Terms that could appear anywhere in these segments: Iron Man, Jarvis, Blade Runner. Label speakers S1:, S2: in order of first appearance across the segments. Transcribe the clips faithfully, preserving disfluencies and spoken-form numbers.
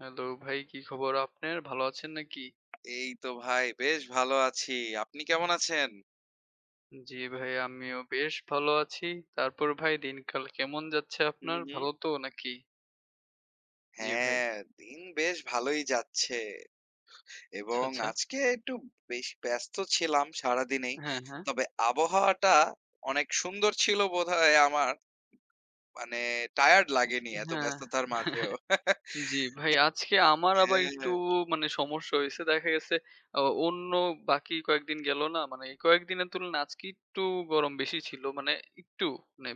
S1: Hello ভাই, কি খবর আপনার? ভালো আছেন নাকি?
S2: এই তো ভাই বেশ ভালো আছি। আপনি কেমন আছেন?
S1: জি ভাই, আমিও বেশ ভালো আছি। তারপর ভাই দিনকাল কেমন যাচ্ছে
S2: হুম,
S1: আপনার?
S2: হুম।
S1: ভালো তো নাকি? জি ভাই।
S2: হ্যাঁ, দিন বেশ ভালোই যাচ্ছে
S1: আচ্ছা,
S2: এবং
S1: আচ্ছা।
S2: আজকে একটু বেশ ব্যস্ত ছিলাম সারাদিনেই।
S1: হ্যাঁ, হ্যাঁ।
S2: তবে আবহাওয়াটা অনেক সুন্দর ছিল বোধহয় আমার। মানে টায়ার্ড লাগেনি এত
S1: হ্যাঁ।
S2: ব্যস্ততার মাঝেও।
S1: জি ভাই, আজকে আমার আবার একটু
S2: হ্যাঁ,
S1: মানে সমস্যা হইছে। দেখা গেছে অ অন্য বাকি কয়েকদিন গেল না? মানে এই কয়েকদিনের তুলনায় আজকে একটু গরম বেশি ছিল। মানে একটু মানে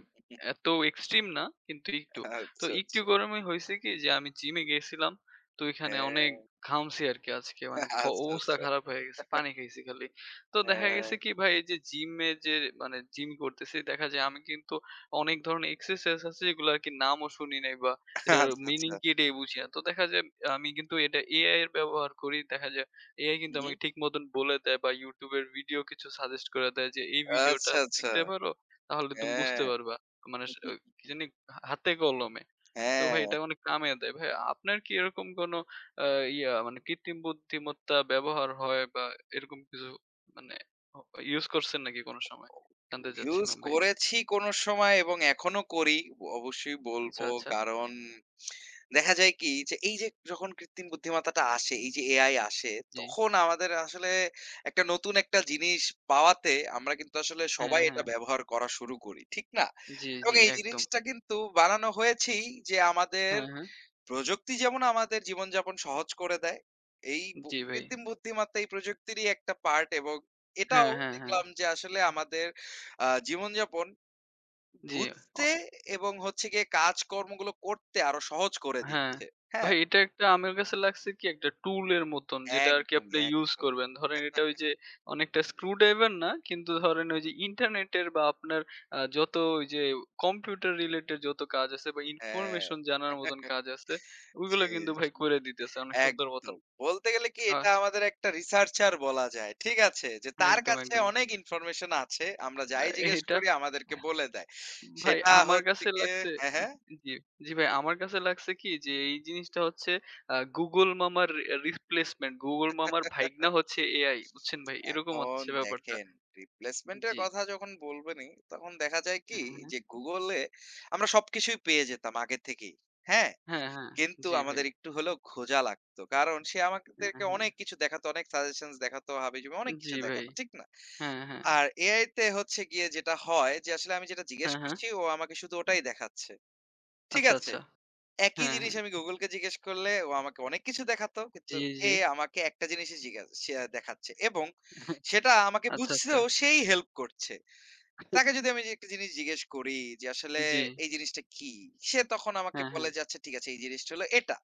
S1: এত এক্সট্রিম না কিন্তু একটু। তো
S2: আচ্ছা,
S1: একটু
S2: আচ্ছা।
S1: গরমে হইছে কি যে আমি জিমে গেছিলাম। তো ওইখানে অনেক
S2: হ্যাঁ,
S1: ঘামছি আরকি আজকে। মানে খ
S2: আচ্ছা,
S1: অবস্থা
S2: আচ্ছা।
S1: খারাপ হয়ে গেছে। পানি খাইছি খালি। তো দেখা
S2: হ্যাঁ,
S1: গেছে কি ভাই এই যে জিমে যে মানে জিম করতেছি দেখা যায় আমি কিন্তু অনেক ধরনের এক্সারসাইজ আছে যেগুলো আরকি নামও শুনি নাই বা এটার
S2: আচ্ছা, আচ্ছা।
S1: meaning কি এটাই বুঝি না। তো দেখা যায় আমি কিন্তু এটা এ আই এর ব্যবহার করি। দেখা যায় এ আই কিন্তু
S2: হুম,
S1: আমাকে
S2: হুম।
S1: ঠিক মতন বলে দেয় বা YouTube এর ভিডিও কিছু সাজেস্ট করে দেয় যে, "এই ভিডিওটা
S2: আচ্ছা, আচ্ছা।
S1: দেখতে পারো, তাহলে তুমি
S2: হ্যাঁ,
S1: বুঝতে পারবা।" মানে স কি জানি হাতে কলমে। তো ভাই
S2: হ্যাঁ।
S1: এটা অনেক কামে দেয়। ভাই আপনার কি এরকম কোনো আ ইয়া মানে কৃত্রিম বুদ্ধিমত্তা ব্যবহার হয় বা এরকম কিছু মানে অ ইউজ করছেন নাকি কোনো সময়? জানতে
S2: ইউজ
S1: চাচ্ছিলাম ভাই।
S2: করেছি কোনো সময় এবং এখনো করি। অবশ্যই
S1: আচ্ছা,
S2: বলবো
S1: আচ্ছা।
S2: কারণ দেখা যায় কি যে এই যে যখন কৃত্রিম বুদ্ধিমত্তাটা আসে, এই যে এআই আসে
S1: জি।
S2: তখন আমাদের আসলে একটা নতুন একটা জিনিস পাওয়াতে আমরা কিন্তু আসলে
S1: হ্যাঁ,
S2: সবাই এটা
S1: হ্যাঁ।
S2: ব্যবহার করা শুরু করি। ঠিক না?
S1: জি,
S2: এবং
S1: জি
S2: এই
S1: একদম।
S2: জিনিসটা কিন্তু বানানো হয়েছেই যে আমাদের
S1: হ্যাঁ, হ্যাঁ।
S2: প্রযুক্তি যেমন আমাদের জীবনযাপন সহজ করে দেয়, এই বু
S1: জি ভাই।
S2: কৃত্রিম বুদ্ধিমত্তা এই প্রযুক্তিরই একটা পার্ট এবং এটাও
S1: হ্যাঁ, হ্যাঁ, হ্যাঁ।
S2: দেখলাম যে আসলে আমাদের আ জীবনযাপন
S1: জি। অ
S2: বুঝতে এবং হচ্ছে গিয়ে কাজকর্মগুলো করতে আরো সহজ করে
S1: হ্যাঁ।
S2: দিচ্ছে।
S1: ভাই
S2: হ্যাঁ?
S1: এটা একটা আমার কাছে লাগছে কি একটা টুল এর মতন যেটা আরকি
S2: একদমই,
S1: আপনি ইউজ
S2: একদমই।
S1: করবেন। ধরেন এটা ওই যে অনেকটা স্ক্রুড্রাইভার না কিন্তু ধরেন ওই যে ইন্টারনেটের বা আপনার আ যত ওই যে কম্পিউটার রিলেটেড যত কাজ আছে বা
S2: হ্যাঁ।
S1: ইনফরমেশন জানার মতন কাজ আছে
S2: জি,
S1: ওগুলো কিন্তু ভাই
S2: জি।
S1: করে দিতেছে অনেক সুন্দর মতন।
S2: একদম। বলতে গেলে কি
S1: আ
S2: এটা আমাদের একটা রিসার্চার বলা যায়। ঠিক আছে? যে তার
S1: একদম,
S2: কাছে
S1: একদম।
S2: অনেক ইনফরমেশন আছে। আমরা
S1: আ
S2: যাই জিজ্ঞেস
S1: এটা
S2: করি আমাদেরকে বলে দেয়।
S1: ভাই
S2: সেটা
S1: আমার
S2: হচ্ছে
S1: কাছে
S2: গিয়ে
S1: লাগছে
S2: হ্যাঁ, হ্যাঁ।
S1: জি, জি ভাই আমার কাছে লাগছে কি যে এই জিনিসটা হচ্ছে আহ, Google মামার রিপ্লেসমেন্ট Google মামার ভাইগনা হচ্ছে এ আই বুঝছেন ভাই এরকম
S2: এখন
S1: হচ্ছে ব্যাপারটা
S2: দেখেন রিপ্লেসমেন্ট এর
S1: জি
S2: কথা যখন বলবেনই তখন দেখা যায় কি
S1: হ্যাঁ হ্যাঁ
S2: যে Google এ আমরা সবকিছুই পেয়ে যেতাম আগে থেকেই। হ্যাঁ?
S1: হ্যাঁ হ্যাঁ
S2: কিন্তু
S1: জি ভাই
S2: আমাদের একটু হলেও খোঁজা লাগতো। কারণ সে
S1: হ্যাঁ
S2: আমাদেরকে
S1: হ্যাঁ
S2: অনেক কিছু দেখাতো, অনেক সাজেশনস দেখাতো, হাবিজাবি অনেক
S1: জি
S2: কিছু
S1: ভাই
S2: দেখাতো। ঠিক না?
S1: হ্যাঁ হ্যাঁ
S2: আর এআই তে হচ্ছে গিয়ে যেটা হয় যে আসলে আমি যেটা জিজ্ঞেস
S1: হ্যাঁ হ্যাঁ
S2: করছি ও আমাকে শুধু ওটাই দেখাচ্ছে। ঠিক
S1: আচ্ছা
S2: আছে?
S1: আচ্ছা
S2: একই
S1: হ্যাঁ
S2: জিনিস
S1: হ্যাঁ
S2: আমি Google কে জিজ্ঞেস করলে ও আমাকে অনেক কিছু দেখাতো। কিন্তু
S1: জি জি
S2: এ আমাকে একটা জিনিসই জিজ্ঞাস সে দেখাচ্ছে এবং সেটা আমাকে
S1: আচ্ছা আচ্ছা
S2: বুঝতেও সেই হেল্প করছে। তাকে যদি আমি একটা জিনিস জিজ্ঞেস করি যে আসলে
S1: জি
S2: এই জিনিসটা কি? সে তখন আমাকে
S1: হ্যাঁ হ্যাঁ
S2: বলে যে, "আচ্ছা ঠিক আছে এই জিনিসটা হলো এটা।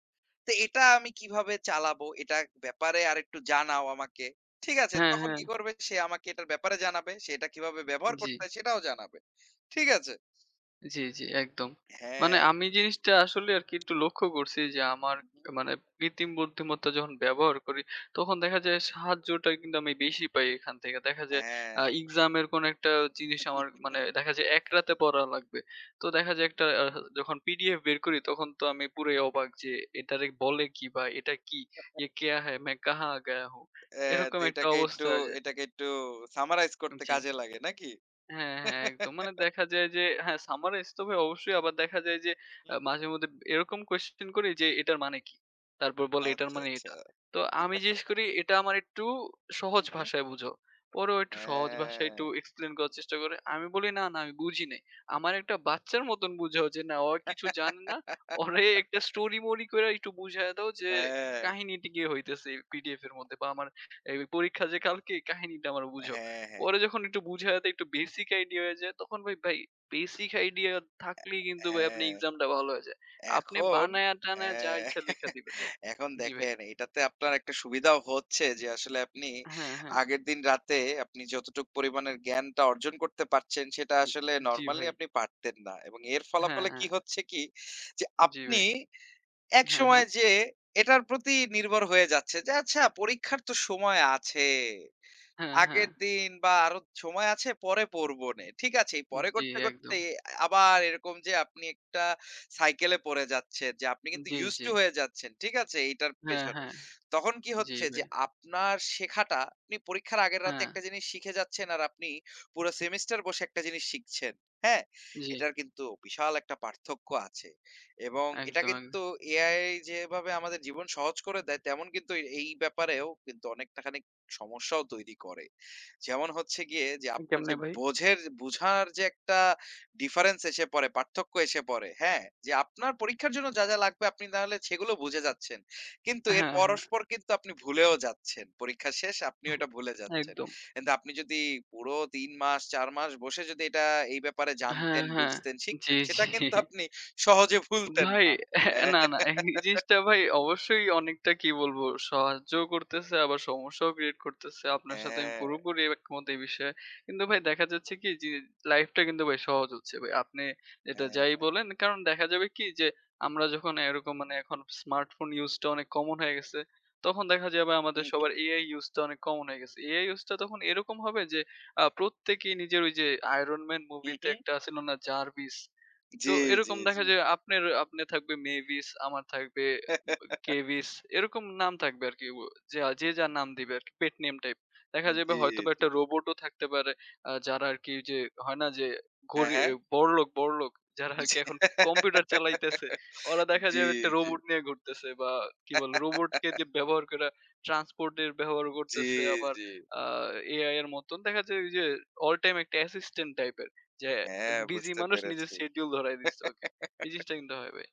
S2: তো এটা আমি কিভাবে চালাবো? এটার ব্যাপারে আরেকটু জানাও আমাকে।" ঠিক আছে?
S1: হ্যাঁ
S2: তখন
S1: হ্যাঁ
S2: কি করবে? সে আমাকে এটার ব্যাপারে জানাবে। সে এটা কিভাবে ব্যবহার
S1: জি
S2: করতে হয় সেটাও জানাবে। ঠিক আছে?
S1: জি, জি, একদম। মানে
S2: হ্যাঁ,
S1: আমি জিনিসটা আসলে আরকি একটু লক্ষ্য করছি যে আমার
S2: হুম,
S1: মানে কৃত্রিম বুদ্ধিমত্তা যখন ব্যবহার করি, তখন দেখা যায় সাহায্যটা কিন্তু আমি বেশি পাই এখান থেকে। দেখা যায় আ
S2: হ্যাঁ।
S1: এক্সামের কোনো একটা জিনিস আমার মানে দেখা যায় এক রাতে পড়া লাগবে। তো দেখা যায় একটা আ যখন পিডিএফ বের করি তখন তো আমি পুরাই অবাক যে এটারে বলে কি বা এটা কি? "ये क्या है? मैं कहाँ गया हूँ?"
S2: অ্যা
S1: এরকম
S2: তো
S1: একটা
S2: এটাকে
S1: অবস্থা
S2: একটু
S1: হয়ে যায়।
S2: এটাকে একটু সামারাইজ করতে
S1: জি।
S2: কাজে লাগে নাকি?
S1: হ্যাঁ, হ্যাঁ, একদম। মানে দেখা যায় যে হ্যাঁ, সামার ইস্তফায় অবশ্যই আবার দেখা যায় যে
S2: হুম,
S1: আ মাঝেমধ্যে এরকম কোয়েশ্চেন করি যে, "এটার মানে কি?" তারপর বলে, "এটার
S2: আচ্ছা,
S1: মানে
S2: আচ্ছা।
S1: এটা।" তো আমি জিজ্ঞেস করি, "এটা আমার একটু সহজ
S2: হুম, হুম।
S1: ভাষায় বুঝাও।" পরে ও একটু সহজ ভাষায় একটু
S2: হ্যাঁ।
S1: এক্সপ্লেইন করার চেষ্টা করে। আমি বলি, "না, না, আমি বুঝি নাই।" আমার একটা বাচ্চার মতন বুঝাও যে না, ও কিছু জানে না। ওরে একটা স্টোরি-মোরি কইরা একটু বুঝায়া দাও যে
S2: হ্যাঁ,
S1: কাহিনীটি কি হইতেছে পিডিএফ এর মধ্যে বা আমার এই পরীক্ষা যে কালকে, এই কাহিনীটা আমার বুঝাও।
S2: হ্যাঁ,
S1: পরে যখন একটু বুঝাতে একটু বেসিক আইডিয়া হয়ে যায় তখন ভাই ভাই বেসিক আইডিয়া থাকলেই কিন্তু ভাই আপনি
S2: হ্যাঁ,
S1: এক্সামটা ভালো হয়ে যায়। আপনি
S2: এখন
S1: বানায়া টানায়া যা
S2: হ্যাঁ,
S1: ইচ্ছা লিখা দিবেন ভাই।
S2: এখন
S1: জি ভাই।
S2: দেখেন এটাতে আপনার একটা সুবিধাও হচ্ছে যে আসলে আপনি
S1: হ্যাঁ, হ্যাঁ।
S2: আগের দিন রাতে আপনি যতটুক পরিমাণের জ্ঞানটা অর্জন করতে পারছেন সেটা আসলে
S1: জি
S2: নরমালি
S1: ভাই।
S2: আপনি পারতেন না। এবং এর
S1: হ্যাঁ,
S2: ফলাফলে কি
S1: হ্যাঁ।
S2: হচ্ছে কি যে
S1: জি
S2: আপনি
S1: ভাই। হ্যাঁ, হ্যাঁ।
S2: একসময় যেয়ে এটার প্রতি নির্ভর হয়ে যাচ্ছে যে আচ্ছা পরীক্ষার তো সময় আছে।
S1: হ্যাঁ, হ্যাঁ।
S2: আগের দিন বা আরো সময় আছে পরে পড়বোনে। ঠিক আছে, এই পরে
S1: জি
S2: করতে, করতে
S1: একদম।
S2: আবার এরকম যে আপনি একটা সাইকেলে পড়ে যাচ্ছেন যে আপনি কিন্তু
S1: জি,
S2: used
S1: জি।
S2: to হয়ে যাচ্ছেন। ঠিক আছে? এইটার
S1: হ্যাঁ,
S2: পেছনে।
S1: হ্যাঁ।
S2: তখন কি
S1: জি
S2: হচ্ছে যে
S1: ভাই।
S2: আপনার শেখাটা আপনি পরীক্ষার আগের রাতে
S1: হ্যাঁ,
S2: একটা জিনিস শিখে যাচ্ছেন আর আপনি পুরো সেমিস্টার বসে একটা জিনিস শিখছেন। হ্যাঁ?
S1: জি।
S2: এটার কিন্তু বিশাল একটা পার্থক্য আছে। এবং
S1: একদম,
S2: এটা
S1: একদম।
S2: কিন্তু এ আই যেভাবে আমাদের জীবন সহজ করে দেয় তেমন কিন্তু এই ব্যাপারেও কিন্তু অনেকটা খানি সমস্যাও তৈরি করে। যেমন হচ্ছে গিয়ে যে আপনার
S1: কেমনে
S2: যে
S1: ভাই?
S2: বোঝের বুঝার যে একটা ডিফারেন্স এসে পড়ে, পার্থক্য এসে পড়ে, হ্যাঁ? যে আপনার পরীক্ষার জন্য যা, যা লাগবে আপনি তাহলে সেগুলো বুঝে যাচ্ছেন। কিন্তু এর
S1: হ্যাঁ, হ্যাঁ।
S2: পরস্পর কিন্তু আপনি ভুলেও যাচ্ছেন। পরীক্ষা শেষ আপনিও এটা ভুলে যাচ্ছেন।
S1: একদম।
S2: কিন্তু আপনি যদি পুরো তিন মাস চার মাস বসে যদি এটা এই ব্যাপারে
S1: হ্যাঁ,
S2: জানতেন,
S1: হ্যাঁ।
S2: বুঝতেন,
S1: জি,
S2: শিখতেন
S1: জি।
S2: সেটা কিন্তু আপনি সহজে ভুলতেন
S1: ভাই
S2: না। হ্যাঁ,
S1: না, না এই জিনিসটা ভাই অবশ্যই অনেকটা কি বলবো সাহায্য করতেছে আবার সমস্যাও ক্রিয়েট করতেছে। আপনার সাথে আমি
S2: হ্যাঁ,
S1: পুরোপুরি একমত এই বিষয়ে। কিন্তু ভাই দেখা যাচ্ছে কি যে লাইফটা কিন্তু ভাই সহজ হচ্ছে ভাই। আপনি যেটা
S2: হ্যাঁ।
S1: যাই বলেন কারণ দেখা যাবে কি যে আমরা যখন এরকম মানে এখন স্মার্টফোন ইউজটা অনেক কমন হয়ে গেছে। তখন দেখা যাবে
S2: হু,
S1: আমাদের
S2: হু,
S1: সবার এ আই ইউজটা অনেক কমন হয়ে গেছে। এ আই ইউজটা তখন এরকম হবে যে আ প্রত্যেকেই নিজের ওই যে 'Iron Man'
S2: হু,
S1: মুভিতে
S2: হু।
S1: একটা ছিল না 'Jarvis' তো
S2: জি, জি,
S1: এরকম দেখা
S2: জি।
S1: যায় আপনার আপনার থাকবে মেভিস, আমার থাকবে কেভিস এরকম নাম থাকবে আরকি। ও যা যে যার নাম দিবে আরকি। Pet name type. দেখা যাবে
S2: জি,
S1: হয়তোবা
S2: জি।
S1: একটা রোবটও থাকতে পারে। আ যারা আরকি ওই যে হয় না যে
S2: হ্যাঁ,
S1: গরি
S2: হ্যাঁ।
S1: এ বড়লোক, বড়লোক যারা
S2: জি।
S1: আরকি এখন কম্পিউটার চালাইতেছে, ওরা দেখা
S2: জি,
S1: যাবে একটা
S2: জি।
S1: রোবট নিয়ে ঘুরতেছে বা কি বলে রোবটকে যে ব্যবহার কইরা ট্রান্সপোর্ট এর ব্যবহার
S2: জি,
S1: করতেছে। আবার
S2: জি।
S1: আ এআই এর মতন দেখা যায় ওই যে অল টাইম একটা অ্যাসিস্ট্যান্ট টাইপের। যে
S2: হ্যাঁ,
S1: বিজি
S2: বুঝতে
S1: মানুষ নিজের
S2: পেরেছি।
S1: শিডিউল ধরায় দিছে ওকে। এই জিনিসটা কিন্তু হয় ভাই।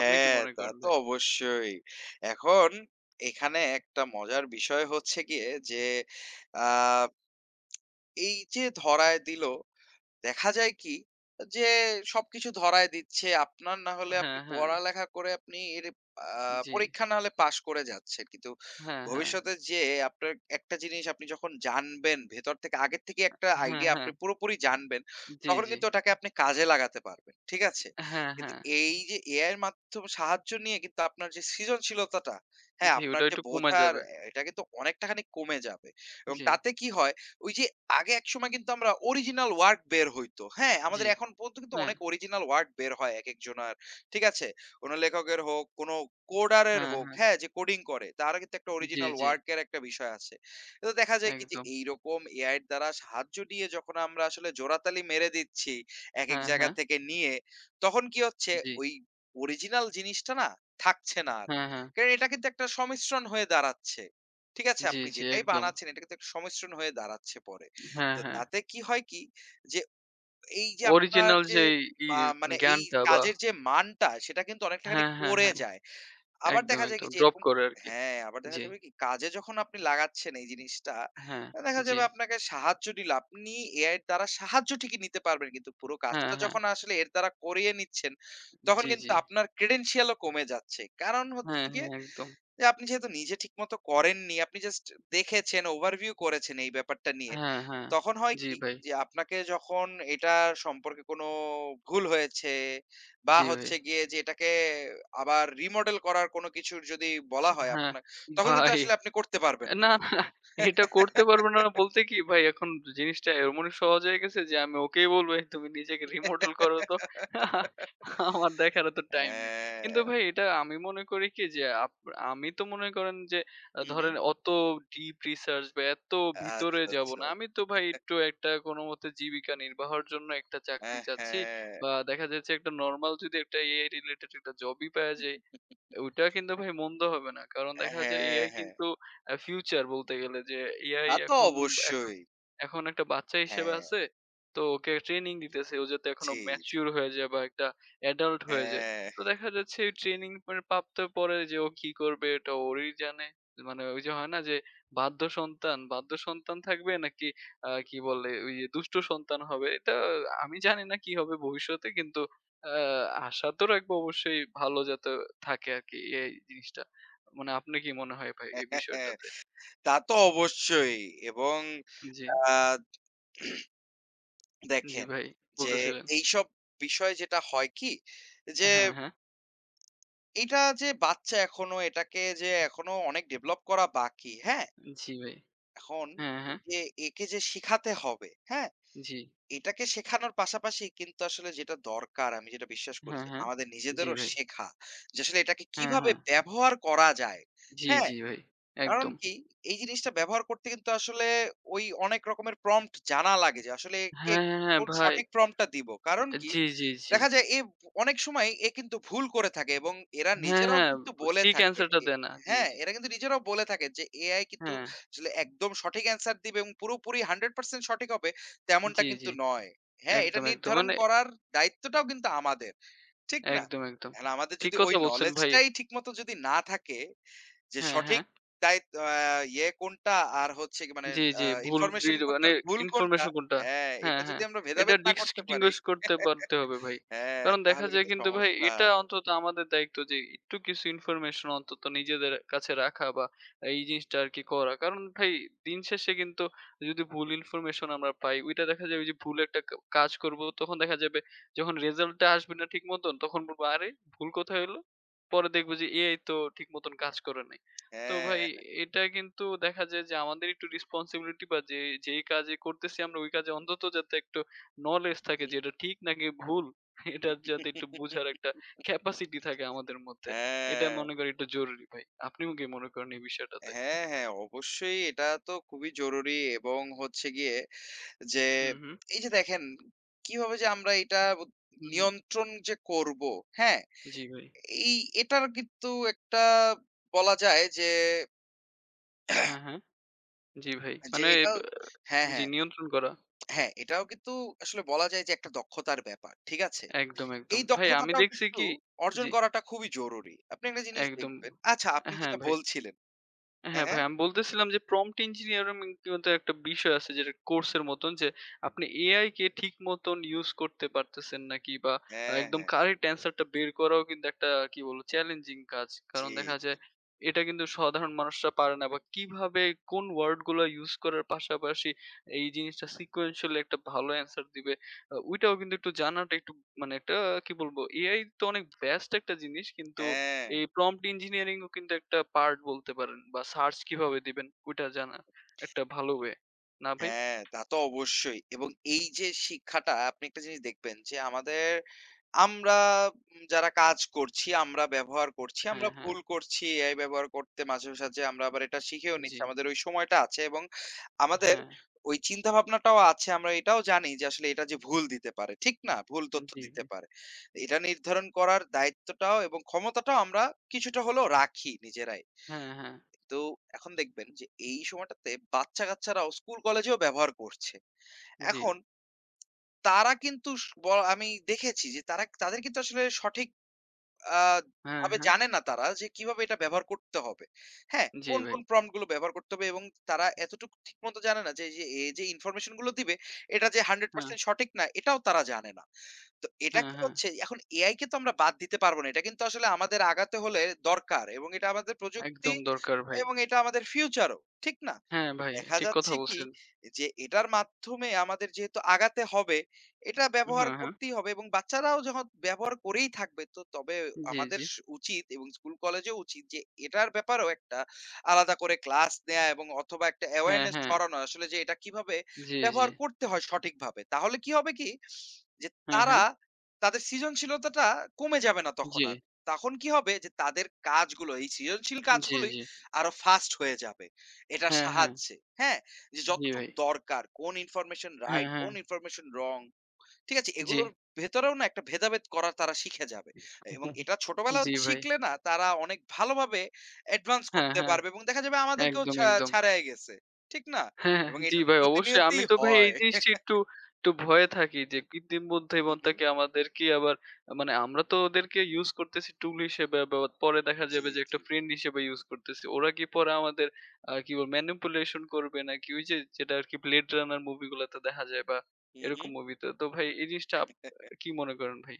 S1: আপনি কি
S2: হ্যাঁ,
S1: মনে
S2: তা
S1: করেন
S2: তো
S1: ভাই?
S2: অবশ্যই। এখন এখানে একটা মজার বিষয় হচ্ছে গিয়ে যে আ এই যে ধরায় দিল দেখা যায় কি যে সবকিছু ধরায় দিচ্ছে আপনার না হলে
S1: হ্যাঁ,
S2: আপনি
S1: হ্যাঁ।
S2: পড়ালেখা করে আপনি এর আহ,
S1: জি।
S2: পরীক্ষা না হলে পাশ করে যাচ্ছেন কিন্তু
S1: হ্যাঁ, হ্যাঁ।
S2: ভবিষ্যতে যে আপনার একটা জিনিস আপনি যখন জানবেন ভেতর থেকে আগের থেকে একটা
S1: হ্যাঁ,
S2: আইডিয়া
S1: হ্যাঁ।
S2: আপনি পুরোপুরি জানবেন
S1: জি,
S2: তখন
S1: জি।
S2: কিন্তু ওটাকে আপনি কাজে লাগাতে পারবেন ঠিক আছে
S1: হ্যাঁ,
S2: কিন্তু
S1: হ্যাঁ।
S2: এই যে এআই এর মাধ্যমে সাহায্য নিয়ে কিন্তু আপনার যে সৃজনশীলতাটা হ্যাঁ
S1: জি,
S2: আপনার
S1: ওটা
S2: যে
S1: একটু কমে
S2: বোঝার
S1: যাবে।
S2: আহ, এটা কিন্তু অনেকটাখানি কমে যাবে এবং
S1: জি,
S2: তাতে কি হয় ওই যে আগে একসময় কিন্তু আমরা অরিজিনাল ওয়ার্ক বের হইতো। হ্যাঁ?
S1: জি।
S2: আমাদের এখন পর্যন্ত কিন্তু
S1: হ্যাঁ,
S2: অনেক অরিজিনাল ওয়ার্ক বের হয় একেকজনার। ঠিক আছে? কোনো লেখকের হোক, কোনো কোডারের
S1: হ্যাঁ,
S2: হোক,
S1: হ্যাঁ।
S2: হ্যাঁ? যে কোডিং করে তারও কিন্তু একটা
S1: জি,
S2: অরিজিনাল
S1: জি।
S2: ওয়ার্ক এর একটা বিষয় আছে। তো দেখা যায় কি যে
S1: একদম।
S2: এইরকম এআই এর দ্বারা সাহায্য নিয়ে যখন আমরা আসলে জোড়াতালি মেরে দিচ্ছি একেক
S1: হ্যাঁ, হ্যাঁ।
S2: জায়গা থেকে নিয়ে, তখন কি হচ্ছে
S1: জি।
S2: ওই অরিজিনাল জিনিসটা না থাকছে না আর।
S1: হ্যাঁ, হ্যাঁ।
S2: কারণ এটা কিন্তু একটা সমিশ্রণ হয়ে দাঁড়াচ্ছে। ঠিক আছে?
S1: জি,
S2: আপনি
S1: জি।
S2: যেটাই
S1: একদম।
S2: বানাচ্ছেন এটা কিন্তু একটা সংমিশ্রণ হয়ে দাঁড়াচ্ছে পরে।
S1: হ্যাঁ,
S2: তো
S1: হ্যাঁ।
S2: তাতে কি হয় কি? যে এই যে আপনার
S1: অরিজিনাল
S2: যে
S1: যেই ই
S2: মা
S1: মানে
S2: মানে এই
S1: জ্ঞানটা বা
S2: কাজের যে মানটা সেটা কিন্তু অনেকটাখানি
S1: হ্যাঁ, হ্যাঁ,
S2: পড়ে
S1: হ্যাঁ।
S2: যায়। আবার
S1: একদম,
S2: দেখা যায়
S1: একদম।
S2: কি যে
S1: ড্রপ
S2: এরকম
S1: করে আরকি।
S2: হ্যাঁ, আবার দেখা
S1: জি।
S2: যাবে কি কাজে যখন আপনি লাগাচ্ছেন এই জিনিসটা,
S1: হ্যাঁ,
S2: দেখা
S1: জি।
S2: যাবে আপনাকে সাহায্য নিল। আপনি এআই এর দ্বারা সাহায্য ঠিকই নিতে পারবেন কিন্তু পুরো
S1: হ্যাঁ,
S2: কাজটা
S1: হ্যাঁ।
S2: যখন আসলে এর দ্বারা করিয়ে নিচ্ছেন, তখন
S1: জি, জি।
S2: কিন্তু আপনার ক্রেডেনশিয়াল ও কমে যাচ্ছে। কারণ হচ্ছে
S1: হ্যাঁ,
S2: গিয়ে
S1: হ্যাঁ। একদম।
S2: যে আপনি যেহেতু নিজে ঠিকমতো করেননি, আপনি জাস্ট দেখেছেন, ওভারভিউ করেছেন এই ব্যাপারটা নিয়ে।
S1: হ্যাঁ, হ্যাঁ।
S2: তখন হয়
S1: জি
S2: কি
S1: ভাই।
S2: যে আপনাকে যখন এটা সম্পর্কে কোনো ভুল হয়েছে বা
S1: জি ভাই।
S2: হচ্ছে গিয়ে যে এটাকে আবার রিমডেল করার কোনো কিছুর যদি বলা হয়
S1: হ্যাঁ,
S2: আপনার, তখন কিন্তু
S1: ভাই।
S2: আসলে আপনি করতে পারবেন না।
S1: না, না এটা করতে পারবে না বলতে কি ভাই এখন জিনিসটা এমনই সহজ হয়ে গেছে যে আমি ওকেই বলবো, "এই তুমি নিজেকে remodel করো তো। আমার দেখার এত টাইম নেই।" কিন্তু
S2: হ্যাঁ।
S1: ভাই এটা আমি মনে করি কি যে আপ আমি তো মনে করেন যে আ
S2: হু, হু।
S1: ধরেন অত deep research বা এত ভিতরে
S2: আচ্ছা,
S1: যাব
S2: আচ্ছা।
S1: না। আমি তো ভাই একটু একটা কোনমতে জীবিকা নির্বাহের জন্য একটা
S2: আ
S1: চাকরি চাচ্ছি
S2: হ্যাঁ,
S1: বা দেখা যাচ্ছে একটা নরমাল যদি একটা এ আই related একটা জবই পাওয়া যায় ওইটা কিন্তু ভাই মন্দ হবে না। কারণ দেখা যায়
S2: হ্যাঁ,
S1: এ আই
S2: হ্যাঁ।
S1: কিন্তু আ ফিউচার বলতে গেলে যে এ আই
S2: তা তো
S1: এখন এখন
S2: অবশ্যই।
S1: এখন একটা বাচ্চা হিসেবে
S2: হ্যাঁ,
S1: আছে। তো ওকে ট্রেনিং দিতেছে। ও যাতে এখনো
S2: জি, জি।
S1: ম্যাচিউর হয়ে যায় বা একটা অ্যাডাল্ট হয়ে যায়।
S2: হ্যাঁ।
S1: তো দেখা যাচ্ছে এই ট্রেনিং পে প্রাপ্ত পরে যে ও কি করবে এটা ওরই জানে। মানে ওই যে হয় না যে বাধ্য সন্তান, বাধ্য সন্তান থাকবে নাকি আ কি বলে ওই যে দুষ্ট সন্তান হবে। এটা আমি জানি না কি হবে ভবিষ্যতে কিন্তু আ আশা তো রাখবো অবশ্যই ভালো যাতে থাকে আরকি এই জিনিসটা। মানে আপনার কি মনে হয় ভাই এই বিষয়টাতে?
S2: তা তো অবশ্যই এবং
S1: জি,
S2: আ
S1: জি
S2: দেখেন
S1: ভাই
S2: যে
S1: বলতেছিলেন।
S2: এইসব বিষয় যেটা হয় কি যে
S1: হ্যাঁ, হ্যাঁ।
S2: এটা যে বাচ্চা এখনো এটাকে যে এখনো অনেক ডেভেলপ করা বাকি, হ্যাঁ?
S1: জি ভাই।
S2: এখন
S1: হ্যাঁ, হ্যাঁ।
S2: যে একে যে শিখাতে হবে, হ্যাঁ?
S1: জি।
S2: এটাকে শেখানোর পাশাপাশি কিন্তু আসলে যেটা দরকার আমি যেটা বিশ্বাস করি
S1: হ্যাঁ,
S2: যে
S1: হ্যাঁ।
S2: আমাদের
S1: জি
S2: নিজেদেরও
S1: ভাই।
S2: শেখা। যে আসলে এটাকে
S1: হ্যাঁ,
S2: কিভাবে
S1: হ্যাঁ।
S2: ব্যবহার করা যায়,
S1: জি,
S2: হ্যাঁ?
S1: জি ভাই।
S2: কারণ
S1: একদম।
S2: কি? এই জিনিসটা ব্যবহার করতে কিন্তু আসলে ওই অনেক রকমের প্রম্পট জানা লাগে যে আসলে কে
S1: হ্যাঁ, হ্যাঁ, হ্যাঁ
S2: কোন
S1: ভাই।
S2: সঠিক প্রম্পটটা দিব। কারণ কি?
S1: জি, জি, জি।
S2: দেখা যায় এ অনেক সময় এ কিন্তু ভুল করে থাকে এবং এরা
S1: হ্যাঁ,
S2: নিজেরাও
S1: হ্যাঁ।
S2: কিন্তু বলে
S1: ঠিক
S2: থাকেন
S1: অ্যান্সারটা
S2: এ
S1: দেয় না। জি,
S2: হ্যাঁ,
S1: জি।
S2: এরা কিন্তু নিজেরাও বলে থাকে যে এ আই কিন্তু
S1: হ্যাঁ।
S2: আসলে একদম সঠিক অ্যান্সার দিবে এবং পুরোপুরি একশো পার্সেন্ট সঠিক হবে তেমনটা
S1: জি, জি।
S2: কিন্তু নয়। হ্যাঁ, এটা
S1: একদম, একদম।
S2: নির্ধারণ
S1: মানে
S2: করার দায়িত্বটাও কিন্তু আমাদের। ঠিক না?
S1: একদম, একদম।
S2: এখন আমাদের
S1: ঠিক
S2: যদি ওই
S1: কথা বলছেন
S2: knowledge
S1: ভাই।
S2: টাই ঠিকমতো যদি না থাকে যে
S1: হ্যাঁ, হ্যাঁ।
S2: সঠিক দায়িত্ব আ ইয়ে কোনটা আর হচ্ছে কি মানে
S1: জি, জি।
S2: আ
S1: ভুল
S2: ইনফরমেশন
S1: রিড
S2: কোনটা
S1: মানে
S2: আর ভুল কোনটা
S1: ইনফরমেশন কোনটা?
S2: হ্যাঁ, এটা
S1: হ্যাঁ,
S2: যদি
S1: হ্যাঁ।
S2: আমরা
S1: এটা
S2: ভেদাভেদ না করতে পারি
S1: ডিসটিংগুইশ করতে পারতে হবে ভাই।
S2: হ্যাঁ,
S1: কারণ দেখা
S2: তাহলে
S1: যায়
S2: কিন্তু
S1: কিন্তু ভাই
S2: সমস্যা।
S1: এটা অন্তত আমাদের দায়িত্ব যে একটু কিছু ইনফরমেশন অন্তত নিজেদের কাছে রাখা বা এই জিনিসটা আরকি করা। কারণ ভাই দিন শেষে কিন্তু যদি ভুল ইনফরমেশন আমরা পাই, ওইটা দেখা যাবে যে ভুল একটা কা কাজ করব। তখন দেখা যাবে যখন রেজাল্টটা আসবে না ঠিক মতন তখন বলব, "আরে ভুল কোথায় হইলো?" পরে দেখব যে এআই তো ঠিক মতন কাজ করে নাই। তো ভাই
S2: হ্যাঁ।
S1: এটা কিন্তু দেখা যায় যে আমাদের একটু রেসপন্সিবিলিটি বা যে যেই কাজে করতেছি আমরা ওই কাজে অন্তত যাতে একটু নলেজ থাকে যে এটা ঠিক নাকি ভুল এটার যাতে একটু বুঝার একটা ক্যাপাসিটি থাকে আমাদের মধ্যে এটা
S2: হ্যাঁ,
S1: মনে করি একটু জরুরি ভাই আপনিও কি মনে করেন এই বিষয়টাতে
S2: হ্যাঁ, হ্যাঁ, অবশ্যই এটা তো খুবই জরুরি এবং হচ্ছে গিয়ে যে
S1: হুম হুম
S2: এই যে দেখেন কিভাবে যে আমরা এটা ব
S1: হুম হুম
S2: নিয়ন্ত্রণ যে করব, হ্যাঁ?
S1: জি ভাই
S2: এই এটার কিন্তু একটা বলা যায় যে
S1: হ্যাঁ হ্যাঁ জি ভাই
S2: যে
S1: মানে
S2: এটাও
S1: এব-
S2: হ্যাঁ,
S1: জি
S2: হ্যাঁ,
S1: নিয়ন্ত্রণ করা
S2: হ্যাঁ, এটাও কিন্তু আসলে বলা যায় যে একটা দক্ষতার ব্যাপার। ঠিক আছে?
S1: একদম একদম
S2: এই
S1: ভাই আমি
S2: দক্ষতাটাও
S1: দেখছি
S2: কিন্তু
S1: কি
S2: অর্জন
S1: জি
S2: করাটা খুবই জরুরি। আপনি একটা জিনিস
S1: একদম
S2: দেখবেন আচ্ছা আপনি
S1: হ্যাঁ
S2: যেটা
S1: ভাই
S2: বলছিলেন হ্যাঁ,
S1: হ্যাঁ ভাই,
S2: হ্যাঁ,
S1: আমি বলতেছিলাম যে prompt engineering কিন্তু একটা বিষয় আছে যেটা কোর্সের মতন যে আপনি এ আই কে ঠিক মতন ইউজ করতে পারতেছেন নাকি বা
S2: হ্যাঁ,
S1: একদম
S2: হ্যাঁ।
S1: কারেক্ট অ্যান্সারটা বের করাও কিন্তু একটা কি বলবো চ্যালেঞ্জিং কাজ। কারণ
S2: জি,
S1: দেখা
S2: জি।
S1: যায় এটা কিন্তু সাধারণ মানুষরা পারে না বা কিভাবে কোন ওয়ার্ড গুলো ইউজ করার পাশাপাশি এই জিনিসটা sequentially একটা ভালো অ্যান্সার দিবে। আ ওইটাও কিন্তু একটু জানাটা একটু মানে একটা কি বলবো এ আই তো অনেক vast একটা জিনিস কিন্তু
S2: হ্যাঁ।
S1: এই prompt engineering ও কিন্তু একটা পার্ট বলতে পারেন বা সার্চ কিভাবে দিবেন ওইটা জানা একটা ভালো ওয়ে। না ভাই?
S2: হ্যাঁ, তা তো অবশ্যই। এবং এই যে শিক্ষাটা আপনি একটা জিনিস দেখবেন যে আমাদের আমরা উম যারা কাজ করছি, আমরা ব্যবহার করছি,
S1: হ্যাঁ,
S2: আমরা
S1: হ্যাঁ।
S2: ভুল করছি এ আই ব্যবহার করতে মাঝে সাঝে আমরা আবার এটা শিখেও
S1: জি।
S2: নিচ্ছি। আমাদের ওই সময়টা আছে এবং আমাদের
S1: হ্যাঁ।
S2: ওই চিন্তা ভাবনাটাও আছে। আমরা এটাও জানি যে আসলে এটা যে ভুল দিতে পারে। ঠিক না? ভুল তথ্য
S1: জি, জি।
S2: দিতে পারে। এটা নির্ধারণ করার দায়িত্বটাও এবং ক্ষমতাটাও আমরা কিছুটা হলেও রাখি নিজেরাই।
S1: হ্যাঁ, হ্যাঁ।
S2: তো এখন দেখবেন যে এই সময়টাতে বাচ্চা-কাচ্চারাও স্কুল কলেজেও ব্যবহার করছে।
S1: জি।
S2: এখন তারা কিন্তু স ব আমি দেখেছি যে তারা তাদের কিন্তু আসলে সঠিক আ
S1: হ্যাঁ,
S2: ভাবে
S1: হ্যাঁ।
S2: জানে না তারা যে কিভাবে এটা ব্যবহার করতে হবে। হ্যাঁ,
S1: জি
S2: কোন,
S1: ভাই।
S2: কোন প্রম্পট গুলো ব্যবহার করতে হবে এবং তারা এতটুকু ঠিকমতো জানে না যে যে এ যে ইনফরমেশন গুলো দিবে এটা যে
S1: হ্যাঁ,
S2: একশো পার্সেন্ট সঠিক না এটাও তারা জানে না। তো এটা
S1: হ্যাঁ,
S2: কি
S1: হ্যাঁ।
S2: হচ্ছে এখন এআই কে তো আমরা বাদ দিতে পারব না। এটা কিন্তু আসলে আমাদের আগাতে হলে দরকার এবং এটা আমাদের প্রযুক্তি
S1: একদম দরকার ভাই।
S2: এবং এটা আমাদের ফিউচারও, ঠিক না?
S1: হ্যাঁ
S2: তো
S1: ভাই,
S2: দেখা
S1: ঠিক কথা
S2: যাচ্ছে কি
S1: বলছেন।
S2: যে এটার মাধ্যমে আমাদের যেহেতু আগাতে হবে, এটা ব্যবহার
S1: হ্যাঁ, হ্যাঁ।
S2: করতেই হবে এবং বাচ্চারাও যখন ব্যবহার করেই থাকবে তো তবে
S1: জি,
S2: আমাদের
S1: জি।
S2: স উচিত এবং স্কুল কলেজেও উচিত যে এটার ব্যাপারেও একটা আলাদা করে ক্লাস নেয়া এবং অথবা একটা
S1: হ্যাঁ,
S2: awareness
S1: হ্যাঁ।
S2: ছড়ানো আসলে যে এটা কিভাবে
S1: জি, জি।
S2: ব্যবহার করতে হয় সঠিকভাবে। তাহলে কি হবে কি যে
S1: হ্যাঁ, হ্যাঁ।
S2: তারা তাদের সৃজনশীলতাটা কমে যাবে না তখন
S1: জি।
S2: আর। তখন কি হবে যে তাদের কাজগুলো এই সৃজনশীল
S1: জি,
S2: কাজগুলোই
S1: জি।
S2: আরো ফাস্ট হয়ে যাবে এটার
S1: হ্যাঁ, হ্যাঁ।
S2: সাহায্যে। হ্যাঁ? যে
S1: জি
S2: যতটুক
S1: ভাই।
S2: দরকার, কোন ইনফরমেশন
S1: হ্যাঁ,
S2: রাইট,
S1: হ্যাঁ।
S2: কোন ইনফরমেশন রং, ঠিক আছে?
S1: জি।
S2: এগুলোর ভেতরেও না একটা ভেদাভেদ করা তারা শিখে যাবে। এবং এটা ছোটবেলা
S1: জি
S2: হতে
S1: ভাই।
S2: শিখলে না তারা অনেক ভালোভাবে অ্যাডভান্স
S1: হ্যাঁ,
S2: করতে
S1: হ্যাঁ।
S2: পারবে এবং দেখা যাবে আমাদেরকেও
S1: একদম,
S2: ছা
S1: একদম।
S2: ছাড়াই গেছে। ঠিক না?
S1: হ্যাঁ, হ্যাঁ।
S2: এবং
S1: জি
S2: এটা তো
S1: ভাই অবশ্যই। আমি
S2: প্রতিনিয়তই
S1: তো ভাই এই
S2: হয়।
S1: জিনিসটি একটু, একটু ভয়ে থাকি যে কৃত্রিম
S2: হু, হু।
S1: বুদ্ধিমত্তাকে আমাদেরকে আবার মানে আমরা তো ওদেরকে ইউজ করতেছি টুল হিসেবে বা পরে দেখা
S2: জি,
S1: যাবে যে একটা
S2: জি।
S1: ফ্রেন্ড হিসেবে ইউজ করতেছি। ওরা কি পরে আমাদের আ কি বলবো ম্যানিপুলেশন করবে নাকি ওই যে যেটা আরকি Blade Runner মুভিগুলাতে দেখা যায় বা
S2: হু, হু।
S1: এরকম মুভিতে। তো ভাই এই জিনিসটা আপ কি মনে করেন ভাই?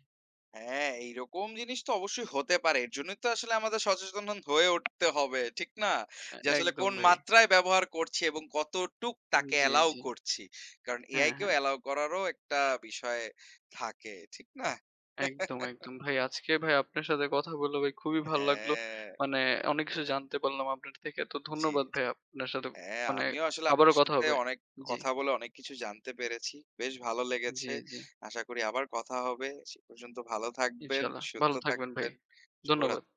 S2: হ্যাঁ, এইরকম জিনিস তো অবশ্যই হতে পারে। এর জন্যই তো আসলে আমাদের সচেতন হয়ে উঠতে হবে। ঠিক না?
S1: আ
S2: যে আসলে
S1: একদম
S2: কোন
S1: ভাই।
S2: মাত্রায় ব্যবহার করছি এবং কতটুক তাকে
S1: জি,
S2: অ্যালাউ
S1: জি।
S2: করছি। কারণ এআই
S1: হ্যাঁ,
S2: কেও
S1: হ্যাঁ।
S2: অ্যালাউ করারও একটা বিষয় থাকে। ঠিক না?
S1: একদম, একদম। ভাই আজকে ভাই আপনার সাথে কথা বলে ভাই খুবই ভালো লাগলো।
S2: হ্যাঁ,
S1: মানে অনেক কিছু জানতে পারলাম আপনার থেকে। তো
S2: জি,
S1: ধন্যবাদ
S2: জি।
S1: ভাই আপনার সাথে
S2: হ্যাঁ,
S1: মানে
S2: আমিও আসলে আপনার
S1: আবারও কথা
S2: সাথে
S1: হবে।
S2: অনেক
S1: জি,
S2: কথা বলে অনেক কিছু জানতে পেরেছি। বেশ ভালো
S1: জি,
S2: লেগেছে।
S1: জি।
S2: আশা করি আবার কথা হবে। সে পর্যন্ত ভালো থাকবেন,
S1: ইনশাআল্লাহ।
S2: সুস্থ
S1: ভালো থাকবেন ভাই।
S2: থাকবেন।
S1: ধন্যবাদ।
S2: শুভরাত্রি।